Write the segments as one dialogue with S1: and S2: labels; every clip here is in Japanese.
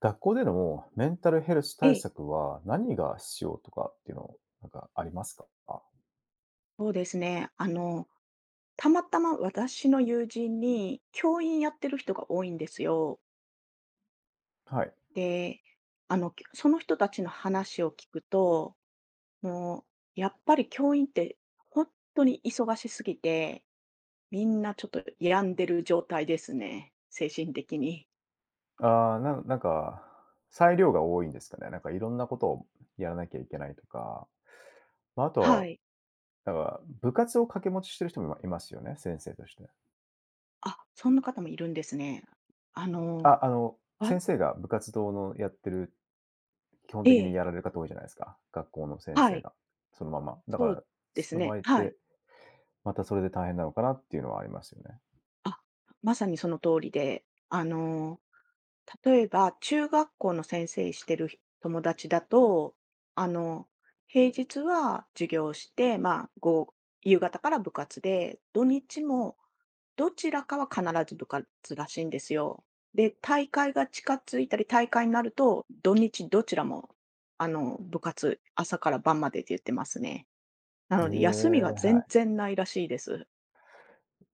S1: 学校でのメンタルヘルス
S2: え
S1: 対
S2: え、
S1: 策は何が必要とかっていうの、なんかありますか？
S2: そうですね。たまたま私の友人に教員やってる人が多いんですよ。
S1: はい。
S2: で、その人たちの話を聞くと、もう、やっぱり教員って本当に忙しすぎて、みんなちょっと病んでる状態ですね。精神的に。
S1: ああ、なんか、裁量が多いんですかね。なんかいろんなことをやらなきゃいけないとか、まあ、あと
S2: は
S1: は、
S2: い。
S1: なんか部活を掛け持ちしてる人もいますよね、先生として。
S2: あ、そんな方もいるんですね。あの、
S1: あの、
S2: わ
S1: 先生が部活動のやってる基本
S2: え
S1: 的に
S2: え、
S1: やられる方多いじゃないですか、学校の先
S2: は
S1: 生
S2: い、
S1: が、そのまま。だか
S2: そう
S1: ら、
S2: で
S1: そ
S2: す
S1: の場
S2: ね。
S1: 合っ
S2: はい。
S1: て、またそれで大変なのかなっていうのはありますよね。
S2: あ、まさにその通りで、例えば、中学校の先生してる友達だと、あの、平日は授業をして、まあ、夕方から部活で、土日もどちらかは必ず部活らしいんですよ。で、大会が近づいたり、大会になると、土日どちらも、部活、朝から晩までって言ってますね。な
S1: え
S2: ので、休み
S1: え、
S2: が
S1: は
S2: 全
S1: い。
S2: 然ないらしいです。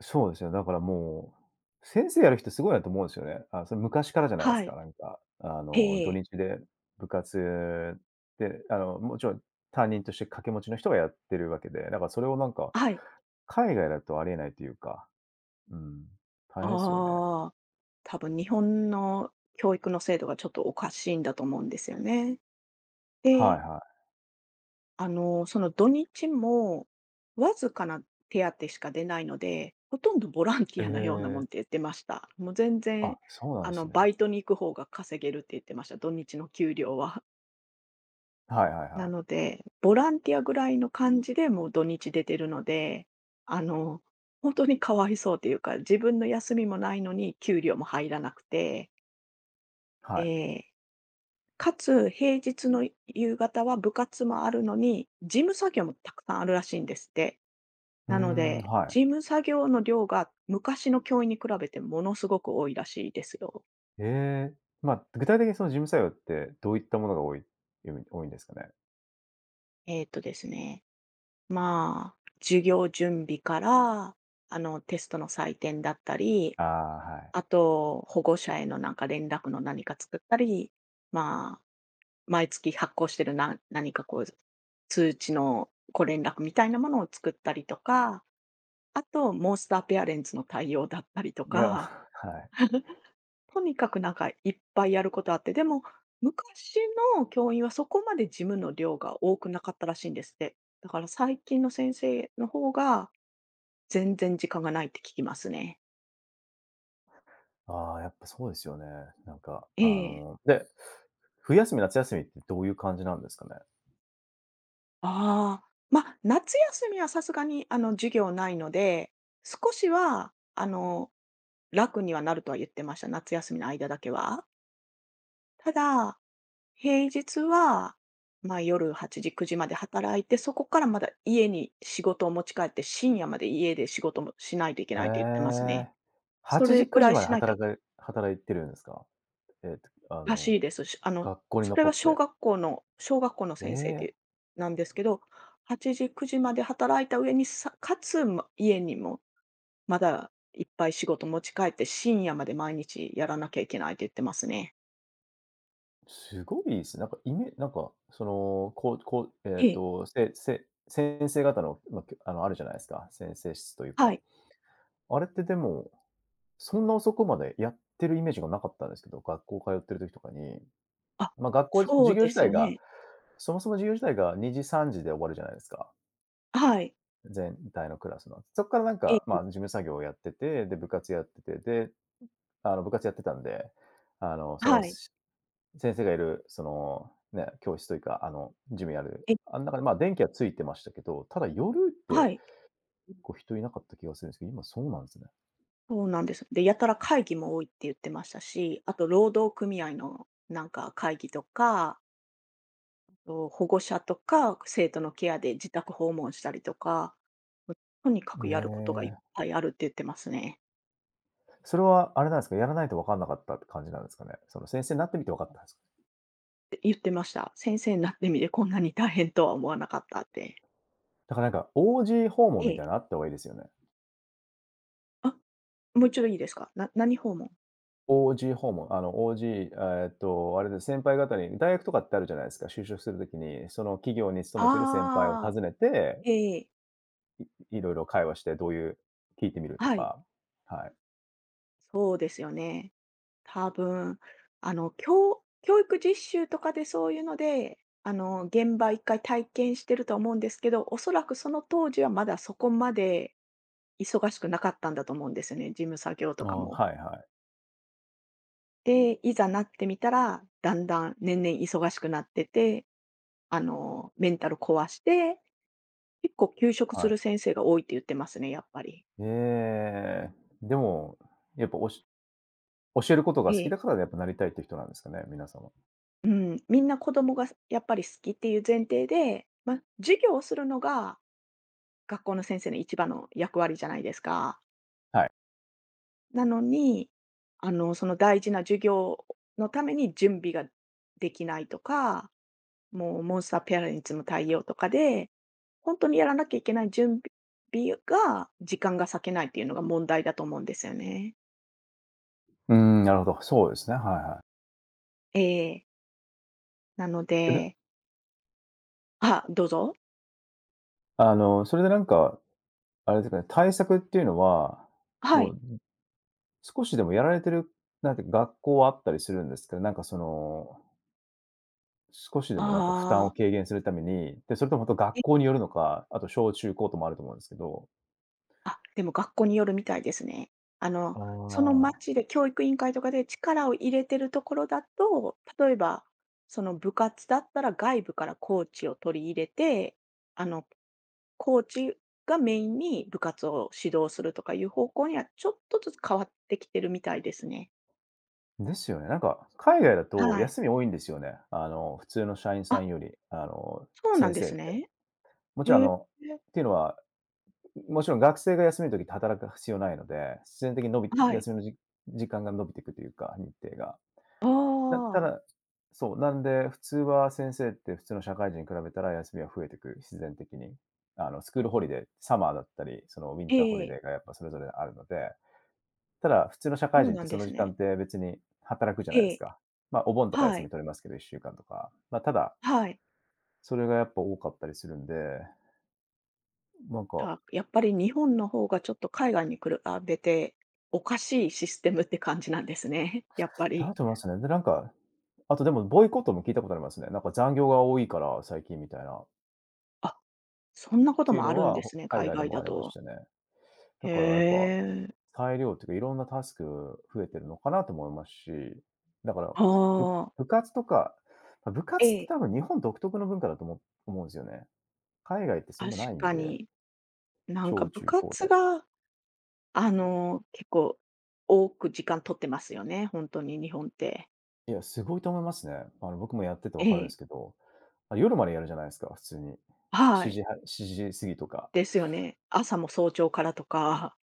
S1: そうですよ。だから、先生やる人すごいなと思うんですよね。あ、それ昔からじゃないです
S2: は
S1: か。
S2: い。
S1: なんか、
S2: え
S1: 土
S2: え。
S1: 日で部活で、もちろん担任として掛け持ちの人がやってるわけで、だからそれをなんか、
S2: はい。
S1: 海外だとありえないというか、うん、大変ですよね。
S2: ああ、多分日本の教育の制度がちょっとおかしいんだと思うんですよね。
S1: はい
S2: で、
S1: はい。
S2: その土日もわずかな手当しか出ないので、ほとんどボラン
S1: え
S2: ティアのようなもん
S1: え、
S2: って言ってました。もう全
S1: あ、
S2: 然、
S1: そうなんですね。
S2: バイトに行く方が稼げるって言ってました、土日の給料は。
S1: はいはい
S2: な
S1: は
S2: の
S1: い。
S2: で、ボランティアぐらいの感じでもう土日出てるので、あの、本当にかわいそうというか、自分の休みもないのに給料も入らなくて、
S1: はい。
S2: ええ。かつ、平日の夕方は部活もあるのに、事務作業もたくさんあるらしいんですって。
S1: うー
S2: なの
S1: ん、
S2: で、
S1: はい。
S2: 事務作業の量が昔の教員に比べてものすごく多いらしいですよ。
S1: ええ、まあ、具体的にその事務作用ってどういったものが多いんですかね？
S2: ですね、まあ、授業準備から、テストの採点だったり、
S1: ああ、はい。
S2: あと、保護者へのなんか連絡の何か作ったり、まあ、毎月発行してるな何かこう、通知のご連絡みたいなものを作ったりとか、あと、モンスターペアレンツの対応だったりと
S1: いや、
S2: か、
S1: はい。
S2: とにかくなんかいっぱいやることあって、でも、昔の教員はそこまで事務の量が多くなかったらしいんですって。だから最近の先生の方が全然時間がないって聞きますね。
S1: ああ、やっぱそうですよね。なんか、
S2: ええ。
S1: 冬休み、夏休みってどういう感じなんですかね？
S2: ああ。まあ、夏休みはさすがに授業ないので、少しは楽にはなるとは言ってました、夏休みの間だけは。ただ平日は、まあ、夜8時、9時まで働いて、そこからまだ家に仕事を持ち帰って、深夜まで家で仕事もしないといけ
S1: え
S2: ないって言ってますね。
S1: え。
S2: そ
S1: 8時、
S2: れぐ
S1: 9
S2: ら
S1: 時
S2: い
S1: まで
S2: しないと
S1: 働か働いてるんですか？ええと、あ
S2: おか
S1: の、
S2: しいですし、
S1: 学校に
S2: それ
S1: 残
S2: は
S1: っ
S2: 小
S1: て。
S2: 学校の小学校の
S1: え
S2: 先生
S1: え、
S2: でなんですけど、8時、9時まで働いた上に、さかつ、ま、家にもまだいっぱい仕事持ち帰って、深夜まで毎日やらなきゃいけないって言ってますね。
S1: すごいですね。なんかイメなんか、その、こうこう、えっ
S2: ええ、
S1: と、せせ先生方の、ま、きょあの、あるじゃないですか、先生室という
S2: は
S1: か。
S2: い。
S1: あれってでも、そんな遅くまでやってるイメージがなかったんですけど、学校通ってる時とかに。
S2: あ、
S1: ま、学校
S2: そ
S1: 授
S2: う
S1: 業
S2: で
S1: 自
S2: す
S1: 体
S2: よ
S1: が
S2: ね。
S1: そもそも授業自体が2時、3時で終わるじゃないですか、
S2: はい。
S1: 全体のクラスの。そっからなん
S2: え
S1: か、
S2: え、
S1: まあ、事務作業をやってて、で、部活やってて、で、あの、部活やってたんで、あの、その、
S2: はい。
S1: し先生がいる、教室というか、あの、ジムやる、
S2: え
S1: あん中で、まあ、電気はついてましたけど、ただ夜っ
S2: は
S1: て
S2: い、
S1: 結構人いなかった気がするんですけど、今そうなんですね。
S2: そうなんです。で、やたら会議も多いって言ってましたし、あと労働組合のなんか会議とか、あと保護者とか生徒のケアで自宅訪問したりとか、も、とにか
S1: え
S2: くやることがいっ
S1: え。
S2: ぱいあるって言ってますね。
S1: それはあれなんですか、やらないと分かんなかったって感じなんですかね？その、先生になってみて分かったんですか？
S2: で言ってました。先生になってみてこんなに大変とは思わなかったって。
S1: だからなんか OG 訪問
S2: え
S1: みた
S2: え。
S1: いなのあった方がいいですよね。
S2: あ、もう一度いいですか？何訪問？
S1: OG 訪問、あの OG、えーっと、あれですね、先輩方に大学とかってあるじゃないですか、就職するときに、その企業に勤めてる先輩を
S2: ああ、
S1: 訪ねて、
S2: ええ、
S1: いろいろ会話して、どういう聞いてみると
S2: はい、
S1: か、はい。
S2: そうですよね。多分、教育実習とかでそういうので、現場一回体験してると思うんですけど、おそらくその当時はまだそこまで忙しくなかったんだと思うんですよね、事務作業と
S1: あ
S2: か
S1: あ、
S2: も。
S1: はいはい、
S2: で、いざなってみたら、だんだん年々忙しくなってて、メンタル壊して、結構休職
S1: は
S2: する
S1: い。
S2: 先生が多いって言ってますね、やっぱり。
S1: ええ、でも、やっぱ教えることが好
S2: え
S1: き
S2: え、
S1: だから、やっぱなりたいって人なんですかね、皆さんは。
S2: うん、みんな子供がやっぱり好きっていう前提で、ま、授業をするのが学校の先生の一番の役割じゃないですか。
S1: はい。
S2: なのに、その大事な授業のために準備ができないとか、もうモンスターペアレンツの対応とかで、本当にやらなきゃいけない準備が、時間が割けないっていうのが問題だと思うんですよね。
S1: うーん、なるほど、そうですね、はいはい。
S2: ええ。なの
S1: でね、
S2: であ、どうぞ。
S1: あの、それでなんか、あれですかね、対策っていうのは、
S2: は
S1: も
S2: い。
S1: う少しでもやられてる、なんて学校はあったりするんですけど、なんかその、少しでもなんか負担を
S2: ああ。
S1: 軽減するために、で、それともほと学校によるのか、あと小中高ともあると思うんですけど。
S2: あ、でも学校によるみたいですね。あの、
S1: あ
S2: その
S1: あ。
S2: 町で教育委員会とかで力を入れてるところだと、例えば、その部活だったら外部からコーチを取り入れて、あの、コーチがメインに部活を指導するとかいう方向にはちょっとずつ変わってきてるみたいですね。
S1: ですよね。なんか、海外だと
S2: はい。
S1: 休み多いんですよね。あの、普通の社員さ
S2: あ、
S1: んより、あの、
S2: そうなん
S1: 先
S2: で
S1: 生っ
S2: す
S1: て。
S2: ね。
S1: もちろん
S2: へ
S1: あ
S2: え。
S1: の、っていうのは、もちろん学生が休みの時って働く必要ないので、必然的に伸び
S2: はい。
S1: 休みのじ時間が伸びていくというか、日程が。
S2: あ
S1: なた
S2: あ。
S1: だそう、なんで、普通は先生って普通の社会人に比べたら休みは増えてく、必然的に。あの、スクールホリデー、サマーだったり、そのウィン
S2: え
S1: ターホリデ
S2: え。
S1: ーがやっぱそれぞれあるので、ただ普通の社
S2: そ
S1: 会
S2: う
S1: 人っ
S2: な
S1: て
S2: ん
S1: そ
S2: で
S1: の
S2: す
S1: 時間
S2: ね。
S1: って別に働くじゃないで
S2: え
S1: す
S2: え。
S1: か。まあ、お盆とか
S2: は
S1: 休
S2: い。
S1: み取れますけど、1週間とか。まあ、ただ、
S2: はい。
S1: それがやっぱ多かったりするんで、なんか、
S2: あ、やっぱり日本の方がちょっと海外に比べて、おかしいシステムって感じなんですね、やっぱ
S1: だ
S2: り。
S1: と思いますね。で、なんか、あとでもボイコットも聞いたことありますね。なんか残業が多いから、最近みたいな。っ
S2: あ、そんなこと
S1: ていう
S2: もあ
S1: の
S2: るん
S1: は、
S2: ですね、
S1: 海
S2: 海
S1: 外で
S2: 外
S1: もあ
S2: だ
S1: りまし
S2: と。
S1: たね。だ
S2: へ
S1: からやっぱ、
S2: え。
S1: 裁量っていうか、いろんなタスク増えてるのかなと思いますし、だから、
S2: あ
S1: ぶ
S2: あ、
S1: 部活とか、ま、部
S2: え
S1: 活って
S2: え、
S1: 多分日本独特の文化だと思うんですよね。海外ってそん
S2: 確
S1: なないん
S2: か
S1: で、
S2: に。なんか
S1: 小
S2: 部
S1: 中高
S2: 活
S1: で。
S2: が、結構多く時間取ってますよね、本当に日本って。
S1: いや、すごいと思いますね。あの、僕もやってて分
S2: え
S1: かるんです
S2: え、
S1: けど、あ、夜までやるじゃないですか、普通に。
S2: は
S1: 7
S2: い。
S1: 時は7時過ぎとか。
S2: ですよね。朝も早朝からとか。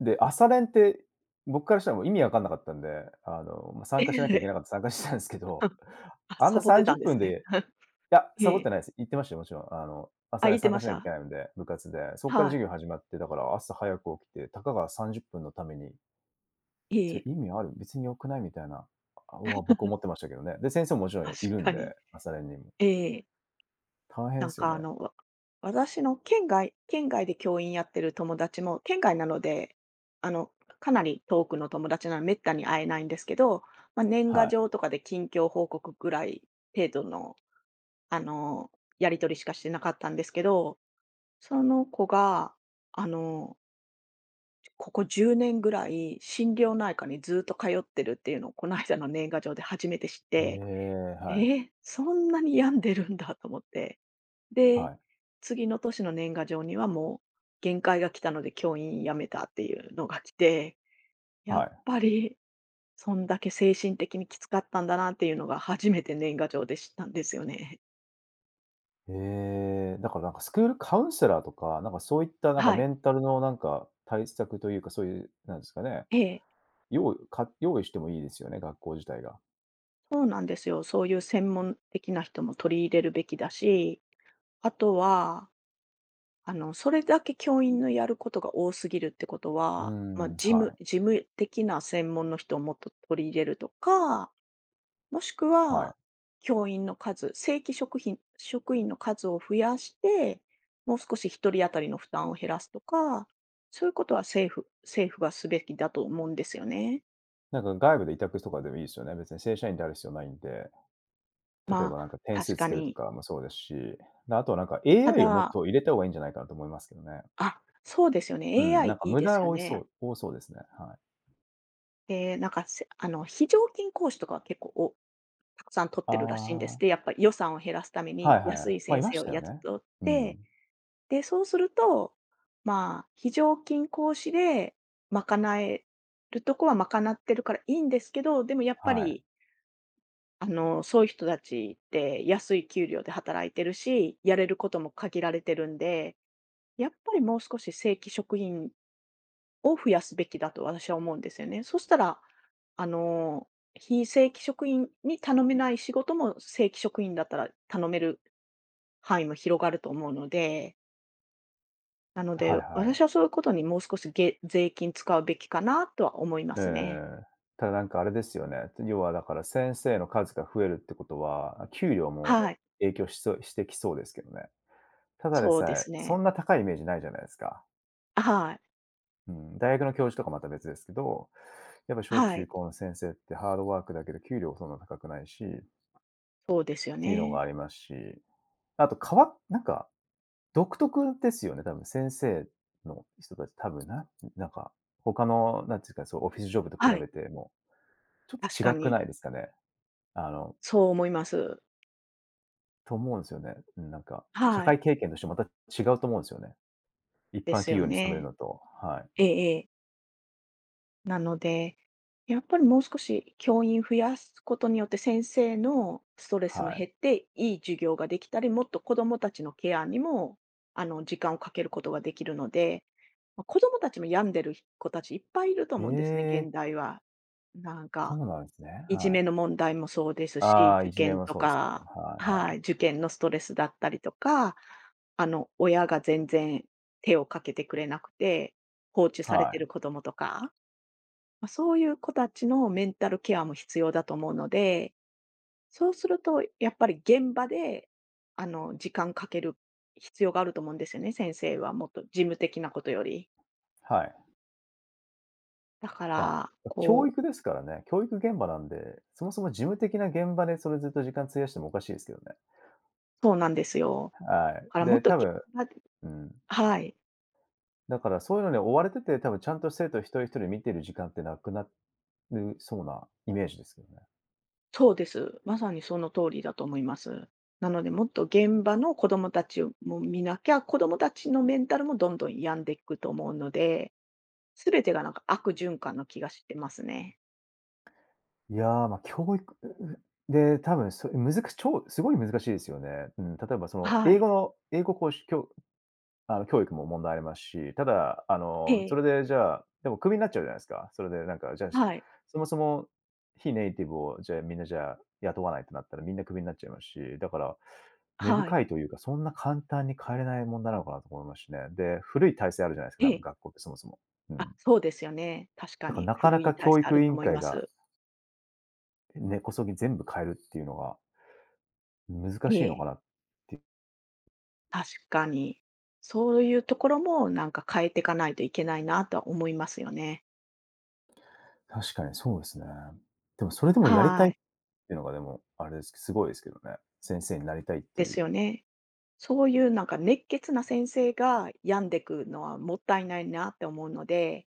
S1: で、朝練って、僕からしたらもう意味わかんなかったんで、あの、ま、参
S2: え
S1: 加しなきゃいけ
S2: え。
S1: なかった参加してたんですけど、
S2: あ、
S1: あんな
S2: サボって
S1: 30
S2: たんで
S1: 分
S2: す
S1: で
S2: ね。
S1: いや、
S2: え
S1: サボって
S2: え。
S1: ないです。行ってましたよ、もちろん。あの、朝
S2: あ、
S1: 練
S2: 言って
S1: 参加
S2: ま
S1: し
S2: し
S1: なきゃい
S2: た？
S1: けないので、部活で。そっから
S2: は
S1: 授
S2: い。
S1: 業始まって、だから朝早く起きて、たかが30分のために、そ
S2: え
S1: れ意
S2: え。
S1: 味ある？別に良くない？みたいな、僕思ってましたけどね。で、先生ももちろん
S2: 確
S1: いるん
S2: かに。
S1: で、朝練にも。
S2: ええ。
S1: 大変で
S2: なん
S1: すよ
S2: か
S1: ね。
S2: 私の県外で教員やってる友達も、県外なので、あの、かなり遠くの友達なのでめったに会えないんですけど、まあ、年賀
S1: はい。
S2: 状とかで近況報告ぐらい程度の、あの、やり取りしかしてなかったんですけど、その子が、あの、ここ10年ぐらい心療内科にずっと通ってるっていうのをこの間の年賀状で初めて知っ
S1: え
S2: て、
S1: え、はい。
S2: ええ、そんなに病んでるんだと思って。で、
S1: はい。
S2: 次の年の年賀状にはもう限界が来たので教員辞めたっていうのが来て、や
S1: は
S2: っ
S1: い。
S2: ぱりそんだけ精神的にきつかったんだなっていうのが初めて年賀状で知ったんですよね。
S1: ええ、だからなんかスクールカウンセラーとか、なんかそういったなんか
S2: は
S1: メ
S2: い。
S1: ンタルのなんか対策というか、そういう、なんですかね、
S2: ええ。
S1: 用意してもいいですよね、学校自体が。
S2: そうなんですよ。そういう専門的な人も取り入れるべきだし、あとは、それだけ教員のやることが多すぎるってこと
S1: うー
S2: は、まあ、
S1: ん、
S2: 事
S1: は
S2: 務
S1: い。
S2: 事務的な専門の人をもっと取り入れるとかもしく
S1: はい。
S2: は、教員の数、正規職員の数を増やして、もう少し一人当たりの負担を減らすとか、そういうことは政府がすべきだと思うんですよね。
S1: なんか外部で委託とかでもいいですよね。別に正社員である必要ないんで、例え
S2: まあ、
S1: ばなんか点数
S2: 確
S1: つ
S2: か
S1: けると
S2: に。
S1: かもそうですし、で、あとはなんか
S2: た
S1: AI をもっ
S2: だ
S1: と入れた方がいいんじゃないかなと思いますけどね。
S2: あ、そうですよ
S1: う
S2: ね。
S1: ん、なん
S2: AI
S1: か
S2: いい
S1: 無
S2: で
S1: 駄
S2: すよ
S1: 多いそ
S2: ね。
S1: う、多そうですね。はい。
S2: で、なんか、せあの、非常勤講師とかは結構たくさん取ってるらしいんです。
S1: ああ、
S2: で、やっぱ予算を減らすため
S1: はい
S2: に
S1: はい
S2: 安
S1: い。
S2: い
S1: ま、い
S2: 先
S1: ま
S2: 生
S1: し
S2: を
S1: たよ
S2: 雇っ
S1: ね。
S2: とっ
S1: う
S2: て
S1: ん。
S2: で、そうすると、まあ、非常勤講師で賄えるとこは賄ってるからいいんですけど、でもやっぱ
S1: はい。
S2: り、そういう人たちって安い給料で働いてるし、やれることも限られてるんで、やっぱりもう少し正規職員を増やすべきだと私は思うんですよね。そしたら、あの、非正規職員に頼めない仕事も正規職員だったら頼める範囲も広がると思うので。なの
S1: はい
S2: で、
S1: はい。
S2: 私はそういうことにもう少し税金使うべきかなとは思いま
S1: え
S2: すね。
S1: え。ただなんかあれですよね、要はだから先生の数が増えるってことは、給料も
S2: はい、
S1: 影響しそうしてきそうですけどね。ただで
S2: そうで
S1: さえ、
S2: す
S1: そ
S2: ね。
S1: んな高いイメージないじゃないですか。
S2: はい、
S1: うん、大学の教授とかまた別ですけど、やっぱ小
S2: は
S1: 中
S2: い、
S1: 高の先生ってハードワークだけど給料そんな高くないしっ
S2: そうですよ
S1: ていうのが
S2: ね。
S1: ありますし、あと変わっなんか独特ですよね、多分先生の人たち、多分ななんか他のなんていうか、そう、オフィスジョブと比
S2: はい、
S1: べても、
S2: 確
S1: ちょ
S2: か
S1: っと違くない
S2: に。
S1: ですかね。あの、
S2: そう思います。
S1: と思うんですよね。うん、なんか、社
S2: は
S1: 会
S2: い、
S1: 経験としてまた違うと思うんですよね。一
S2: で
S1: 般
S2: す
S1: 企
S2: よ
S1: 業に勤める
S2: ね。
S1: のと、はい、
S2: ええええ。なので、やっぱりもう少し教員増やすことによって先生のストレスも
S1: は
S2: 減
S1: い。
S2: って、いい授業ができたり、もっと子どもたちのケアにも、時間をかけることができるので、ま、子どもたちも病んでる子たちいっぱいいると
S1: え
S2: 思うんですね、現
S1: え、
S2: 代は。なん
S1: そ
S2: か、
S1: うなんですね、
S2: いじ
S1: はい。
S2: めの問題もそうです
S1: あ
S2: し、
S1: あ、い
S2: 受
S1: じめ
S2: 験
S1: も
S2: と
S1: そうですけど、
S2: か
S1: はいは
S2: は
S1: い。
S2: い、受験のストレスだったりとか、親が全然手をかけてくれなくて、放置され
S1: は
S2: て
S1: い。
S2: る子どもとか。まあ、そういう子たちのメンタルケアも必要だと思うので、そうするとやっぱり現場で、時間かける必要があると思うんですよね、先生はもっと事務的なことより。
S1: はい。
S2: だか
S1: ま
S2: ら、
S1: あ、教育ですからね、教育現場なんで、そもそも事務的な現場でそれずっと時間費やしてもおかしいですけどね。
S2: そうなんですよ。
S1: は
S2: だか
S1: い。
S2: らもっ
S1: で、
S2: と
S1: 多
S2: 現
S1: 分
S2: 場で
S1: うん。
S2: はい、
S1: だからそういうのに追われてて、多分ちゃんと生徒一人一人見てる時間ってなくなるそうなイメージですけどね。
S2: そうです。まさにその通りだと思います。なのでもっと現場の子供たちをも見なきゃ、子供たちのメンタルもどんどん病んでいくと思うので、全てがなんか悪循環の気がしてますね。
S1: いや、まあ、教育で、多分それむずか超すごい難しいですよね。うん、例えばその
S2: は
S1: 英
S2: い。
S1: 語の英語講師きょあの、教育も問題ありますし、ただ、あ
S2: え
S1: の、そ
S2: え。
S1: れでじゃあ、でもクビになっちゃうじゃないですか。それでなんか、じゃあ、
S2: はい。
S1: そもそも非ネイティブを、じゃあ、みんなじゃあ、雇わないってなったらみんなクビになっちゃいますし、だから、根
S2: はい。
S1: 深いというか、そんな簡単に変えれない問題なのかなと思いますしね。で、古い体制あるじゃないです
S2: え
S1: か、多分
S2: え。
S1: 学校ってそもそも。う
S2: あ、
S1: ん。
S2: そうですよね。確か
S1: だから
S2: に
S1: なかな
S2: 古い
S1: か
S2: 体
S1: 教
S2: 質あ
S1: 育
S2: る
S1: 委
S2: と
S1: 員
S2: 思い
S1: 会
S2: ま
S1: が
S2: す。
S1: 根こそぎ全部変えるっていうのが難
S2: え
S1: しいのか
S2: え、
S1: な。
S2: 確かに。そういうところもなんか変えていかないといけないなとは思いますよね。
S1: 確かにそうですね。でもそれでもやりたい
S2: は
S1: って
S2: い。
S1: いうのがでも、あれですけど、すごいですけどね。先生になりたいって
S2: で
S1: い
S2: す
S1: う。
S2: よね。そういうなんか熱血な先生が病んでくのはもったいないなって思うので、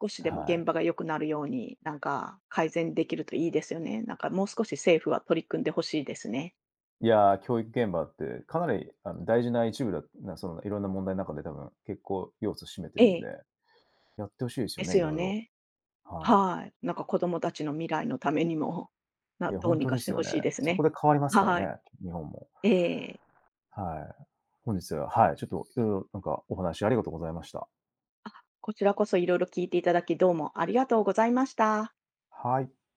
S2: 少しでも
S1: は
S2: 現場が良くなるように、なんか改善できるといいですよね。なんかもう少し政府は取り組んでほしいですね。
S1: い。いやー、教育現場ってかなり、あの、大事な一部だな、その、いろんな問題の中で多分結構要素占めて
S2: え
S1: るん
S2: え、
S1: で、やってほしいです
S2: で
S1: よ
S2: す
S1: ね、い
S2: よ
S1: ろいろ。
S2: ね。
S1: は
S2: はい。なんか子供たちの未来のためにも、
S1: い。いや、
S2: どう
S1: 本
S2: に
S1: 当
S2: か
S1: で
S2: し
S1: す
S2: て
S1: よ
S2: ほ
S1: ね。
S2: しいです
S1: そこ
S2: ね。
S1: で変わりますから
S2: はい。
S1: ね、日本も。
S2: ええ。
S1: はい。本日は、はい、ちょっといろいろなんかお話ありがとうございました。
S2: こちらこそいろいろ聞いていただき、どうもありがとうございました。
S1: はい。